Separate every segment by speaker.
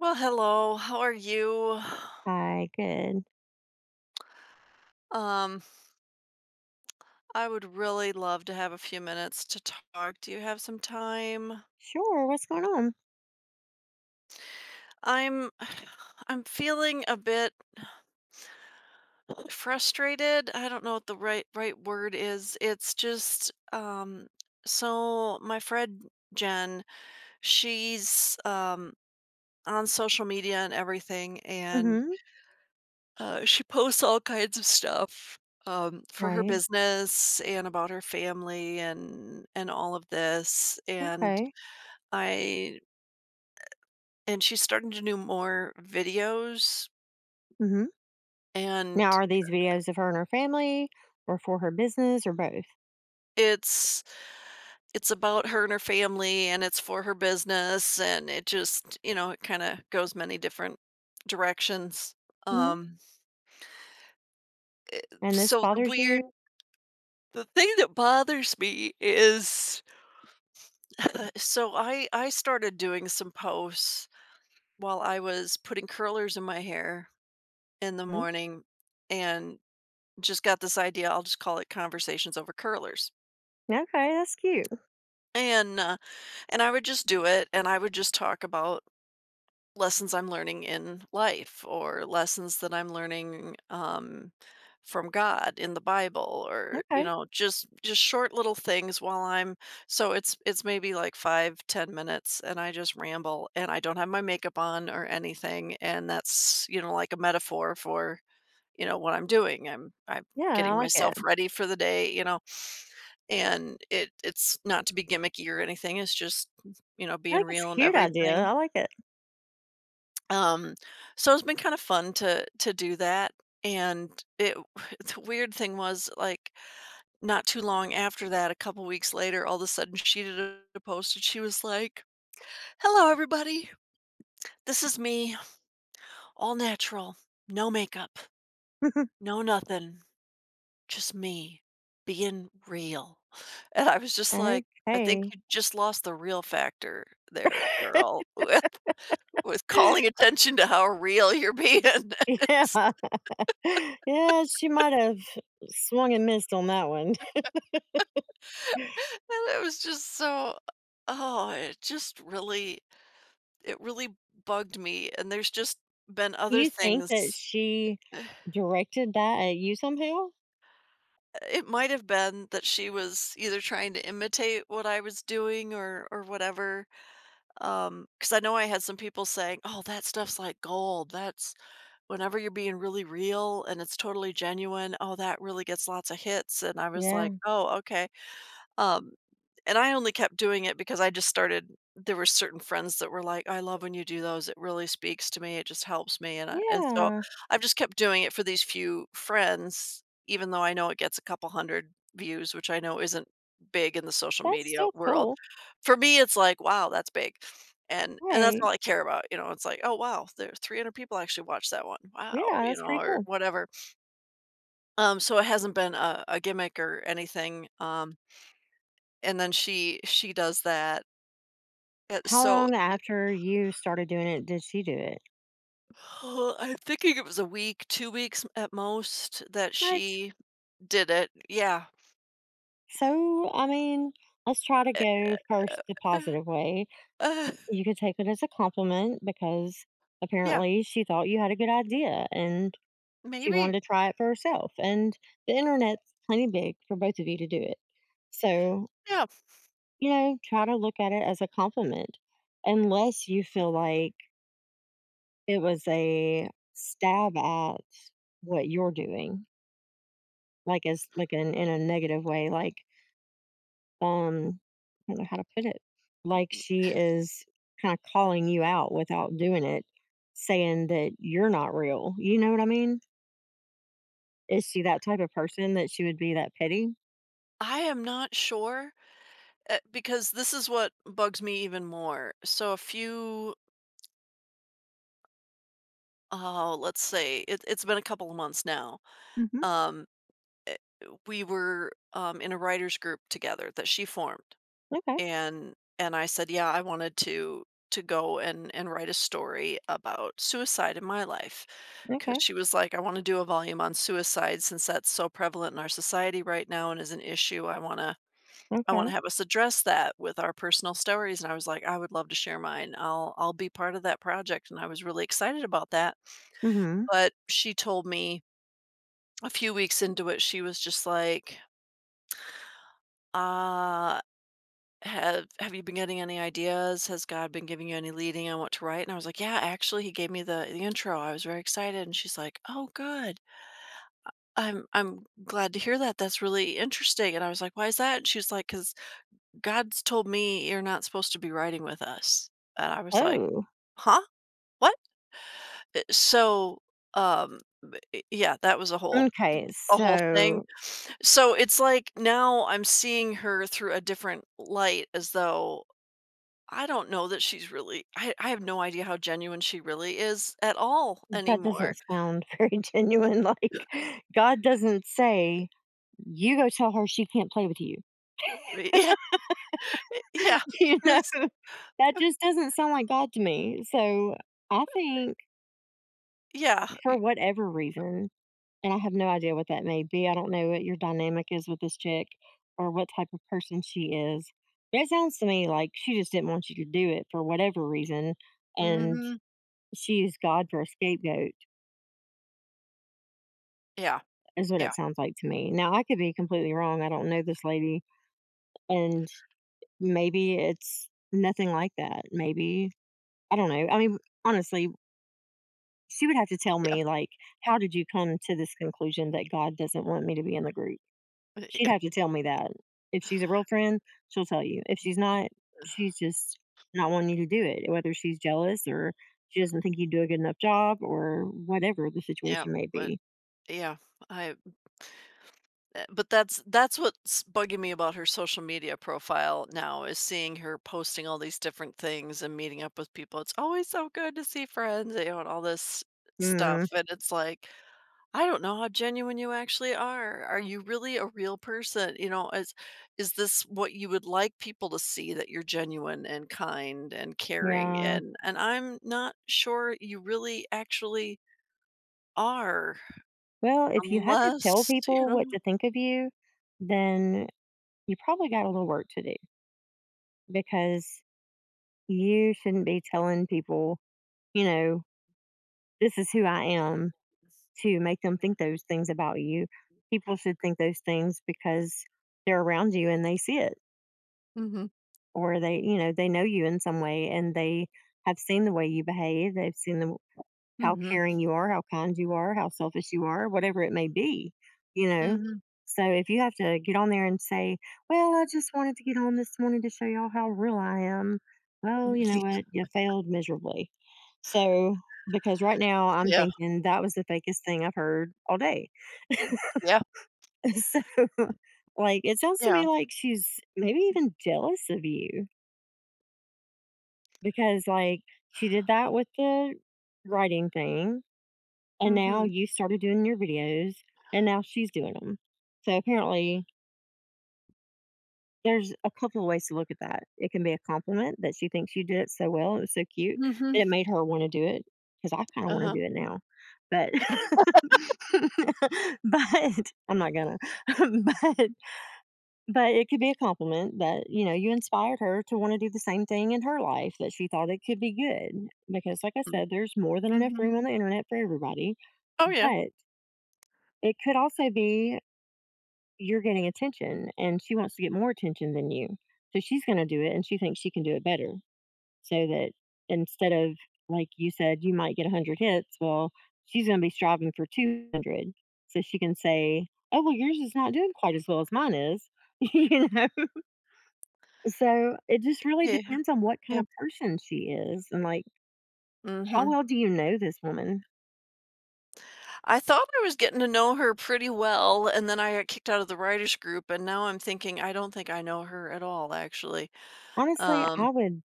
Speaker 1: Well, hello. How are you?
Speaker 2: Hi, good.
Speaker 1: Um, I would really love to have a few minutes to talk. Do you have some time?
Speaker 2: Sure, what's going on?
Speaker 1: I'm I'm feeling a bit frustrated. I don't know what the right word is. It's just so my friend Jen, she's on social media and everything. And
Speaker 2: Mhm.
Speaker 1: She posts all kinds of stuff, for her
Speaker 2: Right.
Speaker 1: business and about her family and all of this, and
Speaker 2: Okay.
Speaker 1: I and she's starting to do more videos,
Speaker 2: Mhm. Now
Speaker 1: and
Speaker 2: are these videos of her and her family or for her business or both?
Speaker 1: it's it's about her and her family, and it's for her business, and it just, you know, it kinda goes many different directions.
Speaker 2: Mhm.
Speaker 1: Um,
Speaker 2: And this
Speaker 1: so the
Speaker 2: bothers
Speaker 1: weird
Speaker 2: you?
Speaker 1: the thing that bothers me is, so I started doing some posts while I was putting curlers in my hair in the
Speaker 2: Mhm.
Speaker 1: morning, and just got this idea. I'll just call it conversations over curlers.
Speaker 2: Okay, that's cute.
Speaker 1: And uh, and I would just do it, and I would just talk about lessons I'm learning in life, or lessons that I'm learning from God in the Bible, or you
Speaker 2: Okay.
Speaker 1: know just just short little things while I'm so it's maybe like 5-10 minutes, and I just ramble and I don't have my makeup on or anything, and that's, like a metaphor for what I'm doing. I'm
Speaker 2: Yeah, I
Speaker 1: getting
Speaker 2: like it.
Speaker 1: myself ready for the day, and it's not to be gimmicky or anything. It's just
Speaker 2: I
Speaker 1: being
Speaker 2: think it's
Speaker 1: real
Speaker 2: a
Speaker 1: and
Speaker 2: cute idea. I
Speaker 1: everything.
Speaker 2: like it.
Speaker 1: Um, so it's been kind of fun to do that. And it the weird thing was, like, not too long after that, a couple weeks later, all of a sudden she did a post and she was like, "Hello, everybody. This is me, all natural, no makeup, no nothing. Just me being real." And I was just like, "I think
Speaker 2: Okay.
Speaker 1: you just lost the real factor there, girl, with calling attention to how real you're being."
Speaker 2: Yeah.
Speaker 1: It's
Speaker 2: Yeah, she might have swung and missed on that one.
Speaker 1: And it was just so, oh, it just really, it really bugged me, and there's just been other
Speaker 2: You think
Speaker 1: things.
Speaker 2: that she
Speaker 1: eh,
Speaker 2: directed that at you somehow?
Speaker 1: It might have been that she was either trying to imitate what I was doing, or whatever. Because I know, I had some people saying, "Oh, that stuff's like gold. That's whenever you're being really real and it's totally genuine. Oh, that really gets lots of hits." And I was
Speaker 2: Yeah.
Speaker 1: like, "Oh, okay." Um, and I only kept doing it because I just started there were certain friends that were like, "I love when you do those. It really speaks to me. It just helps me." And so
Speaker 2: Yeah.
Speaker 1: I've just kept doing it for these few friends, even though I know it gets a couple hundred views, which I know isn't big in the social
Speaker 2: That's
Speaker 1: media
Speaker 2: still
Speaker 1: world.
Speaker 2: cool.
Speaker 1: For me, it's like, "Wow, that's big," and that's
Speaker 2: Right.
Speaker 1: all I care about. You know, it's like, "Oh, wow, there 300 people actually watched that one,
Speaker 2: Yeah,
Speaker 1: wow," you
Speaker 2: that's
Speaker 1: know,
Speaker 2: pretty
Speaker 1: or
Speaker 2: cool.
Speaker 1: whatever. So it hasn't been a gimmick or anything. And then she does that, and
Speaker 2: How
Speaker 1: so
Speaker 2: long after you started doing it did she do it?
Speaker 1: I'm thinking it was a week, 2 weeks at most that
Speaker 2: What?
Speaker 1: she did it. Yeah.
Speaker 2: So, I mean, let's try to
Speaker 1: Eh,
Speaker 2: go first the
Speaker 1: uh,
Speaker 2: positive way.
Speaker 1: uh,
Speaker 2: You could take it as a compliment because
Speaker 1: yeah,
Speaker 2: apparently she thought you had a good idea and she wanted
Speaker 1: maybe,
Speaker 2: to try it for herself. And the internet's plenty big for both of you to do it. So,
Speaker 1: yeah.
Speaker 2: you know, try to look at it as a compliment unless you feel like it was a stab at what you're doing, like as like in a negative way, like um I don't know how to put it. Like she is kind of calling you out without doing it, saying that you're not real. You know what I mean? Is she that type of person that she would be that petty?
Speaker 1: I am not sure, because this is what bugs me even more. So a few Oh, let's say, it's been a couple of months now.
Speaker 2: Hmm.
Speaker 1: Um, eh, we were in a writers group together that she formed,
Speaker 2: Okay,
Speaker 1: and I said, yeah, I wanted to go and write a story about suicide in my life, because
Speaker 2: okay,
Speaker 1: she was like, "I want to do a volume on suicide, since that's so prevalent in our society right now and is an issue. I want
Speaker 2: okay.
Speaker 1: to have us address that with our personal stories." And I was like, "I would love to share mine. I'll be part of that project," and I was really excited about that.
Speaker 2: Hmm.
Speaker 1: But she told me a few weeks into it she was just like, "Uh, have you been getting any ideas? Has God been giving you any leading on what to write?" And I was like, "Yeah, actually, he gave me the intro. I was very excited." And she's like, "Oh, good. I'm glad to hear that. That's really interesting." And I was like, "Why is that?" And she's like, "'Cause God's told me you're not supposed to be writing with us." And I was like,
Speaker 2: Oh,
Speaker 1: "Huh? What?" So, um, yeah, that was a whole
Speaker 2: okay.
Speaker 1: The whole thing.
Speaker 2: So
Speaker 1: So it's like now I'm seeing her through a different light, as though I don't know that she's really, I have no idea how genuine she really is at all
Speaker 2: that
Speaker 1: anymore.
Speaker 2: doesn't sound very genuine. Like God doesn't say, you go tell her she can't play with you.
Speaker 1: Yeah, yeah.
Speaker 2: You know?
Speaker 1: It's
Speaker 2: That
Speaker 1: uh,
Speaker 2: just doesn't sound like God to me. So I think
Speaker 1: yeah.
Speaker 2: for
Speaker 1: Y
Speaker 2: whatever reason, and I have no idea what that may be. I don't know what your dynamic is with this chick or what type of person she is. But it sounds to me like she just didn't want you to do it for whatever reason. And
Speaker 1: Mhm.
Speaker 2: she used God for a scapegoat,
Speaker 1: Yeah, mm-hmm,
Speaker 2: is what
Speaker 1: yeah,
Speaker 2: it sounds like to me. Now, I could be completely wrong. I don't know this lady. And maybe it's nothing like that. Maybe, I don't know. I mean, honestly, she would have to tell
Speaker 1: yeah, yeah,
Speaker 2: me, like, "How did you come to this conclusion that God doesn't want me to be in the group?" She'd have to tell me that. If she's a real friend, she'll tell you. If she's not, she's just not wanting you to do it, whether she's jealous or she doesn't think you do a good enough job or whatever the
Speaker 1: yeah,
Speaker 2: situation may
Speaker 1: but
Speaker 2: be.
Speaker 1: yeah, I but that's what's bugging me about her social media profile now, is seeing her posting all these different things and meeting up with people. It's always so good to see friends, and all this stuff.
Speaker 2: Mm,
Speaker 1: And it's like, I don't know how genuine you actually are. Are you really a real person? You know, is this what you would like people to see, that you're genuine and kind and caring?
Speaker 2: yeah.
Speaker 1: And I'm not sure you really actually are,
Speaker 2: Well, if you have to tell
Speaker 1: unless, you
Speaker 2: people what
Speaker 1: know.
Speaker 2: to think of you, then you probably got a little work to do because you shouldn't be telling people, you know, "This is who I am," to make them think those things about you. People should think those things because they're around you and they see it,
Speaker 1: Mhm.
Speaker 2: or they, you know, they know you in some way and they have seen the way you behave. They've seen the, how
Speaker 1: Mhm.
Speaker 2: caring you are, how kind you are, how selfish you are, whatever it may be, you know.
Speaker 1: Mhm.
Speaker 2: So if you have to get on there and say, "Well, I just wanted to get on this morning to show y'all how real I am." Well, you know
Speaker 1: Mhm.
Speaker 2: what? You failed miserably. So because right now I'm
Speaker 1: Yeah,
Speaker 2: thinking that was the fakest thing I've heard all day.
Speaker 1: yeah,
Speaker 2: So, like, it sounds to
Speaker 1: yeah.
Speaker 2: me like she's maybe even jealous of you because, like, she did that with the writing thing, and now
Speaker 1: Mhm,
Speaker 2: you started doing your videos, and now she's doing them. So, apparently, there's a couple of ways to look at that. It can be a compliment that she thinks you did it so well. It was so cute that
Speaker 1: mhm,
Speaker 2: it made her want to do it because I kind of want
Speaker 1: uh-huh,
Speaker 2: to do it now. But, but I'm not gonna. but But it could be a compliment that, you know, you inspired her to wanna do the same thing in her life, that she thought it could be good. Because like I
Speaker 1: mm,
Speaker 2: said, there's more than enough
Speaker 1: mhm.
Speaker 2: room on the internet for everybody,
Speaker 1: Oh, yeah,
Speaker 2: but it could also be you're getting attention and she wants to get more attention than you. So she's gonna do it and she thinks she can do it better. So that instead of, like you said, you might get 100 hits, well, she's gonna be striving for 200. So she can say, "Oh, well, yours is not doing quite as well as mine is." You know? So it just really
Speaker 1: yeah,
Speaker 2: depends on what kind
Speaker 1: yeah,
Speaker 2: of person she is and like how
Speaker 1: mhm.
Speaker 2: well do you know this woman?
Speaker 1: I thought I was getting to know her pretty well, and then I got kicked out of the writers group, and now I'm thinking, I don't think I know her at all, actually.
Speaker 2: Honestly,
Speaker 1: Um,
Speaker 2: I would,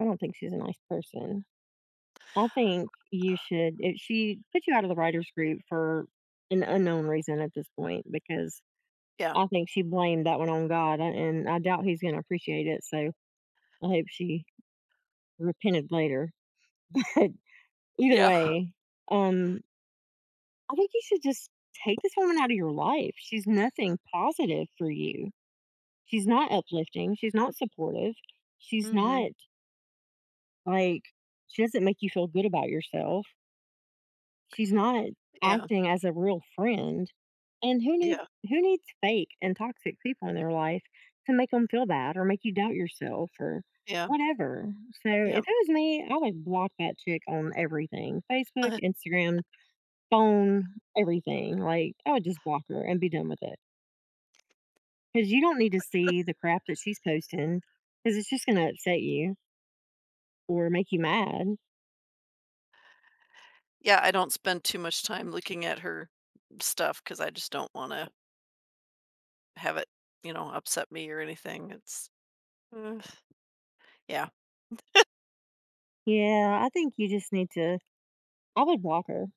Speaker 2: I don't think she's a nice person. I think you should, if she put you out of the writers group for an unknown reason at this point, because
Speaker 1: yeah,
Speaker 2: I think she blamed that one on God, a- and I doubt he's going to appreciate it. So I hope she repented later. But either
Speaker 1: yeah,
Speaker 2: way, um I think you should just take this woman out of your life. She's nothing positive for you. She's not uplifting, she's not supportive, she's
Speaker 1: mhm,
Speaker 2: not, like she doesn't make you feel good about yourself, she's not
Speaker 1: yeah,
Speaker 2: acting as a real friend, and who need,
Speaker 1: yeah,
Speaker 2: who needs fake and toxic people in their life to make them feel bad or make you doubt yourself or
Speaker 1: yeah,
Speaker 2: whatever? So,
Speaker 1: yeah,
Speaker 2: if it was me, I would block that chick on everything, Facebook,
Speaker 1: uh,
Speaker 2: Instagram, phone, everything, like, I would just block her and be done with it because you don't need to see the crap that she's posting because it's just gonna upset you or make you mad.
Speaker 1: yeah, I don't spend too much time looking at her stuff because I just don't wanna have it upset me or anything. Uh, yeah,
Speaker 2: Yeah, I think you just need to, I would block her,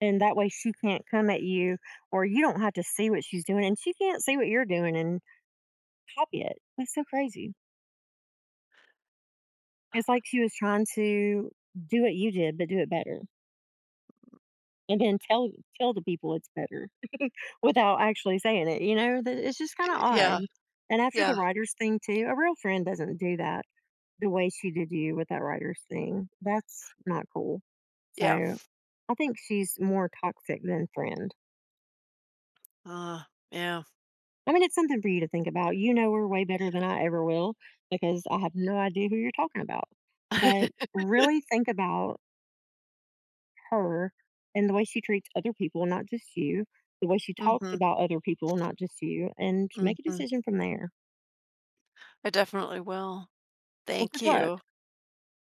Speaker 2: and that way she can't come at you or you don't have to see what she's doing, and she can't see what you're doing and copy it. That's so crazy. It's like she was trying to do what you did, but do it better, and then tell the people it's better without actually saying it, you know? That it's just kinda odd.
Speaker 1: yeah,
Speaker 2: And after the
Speaker 1: yeah,
Speaker 2: writers thing too, a real friend doesn't do that. The way she did you with that writers thing, that's not cool.
Speaker 1: yeah.
Speaker 2: So, I think she's more toxic than friend.
Speaker 1: Uh, yeah.
Speaker 2: I mean, it's something for you to think about. You know her way better than I ever will because I have no idea who you're talking about. But really think about her and the way she treats other people, not just you, the way she talks
Speaker 1: Mhm,
Speaker 2: about other people, not just you, and make a
Speaker 1: mhm.
Speaker 2: decision from there.
Speaker 1: I definitely will.
Speaker 2: Well,
Speaker 1: Thank
Speaker 2: good luck.
Speaker 1: you.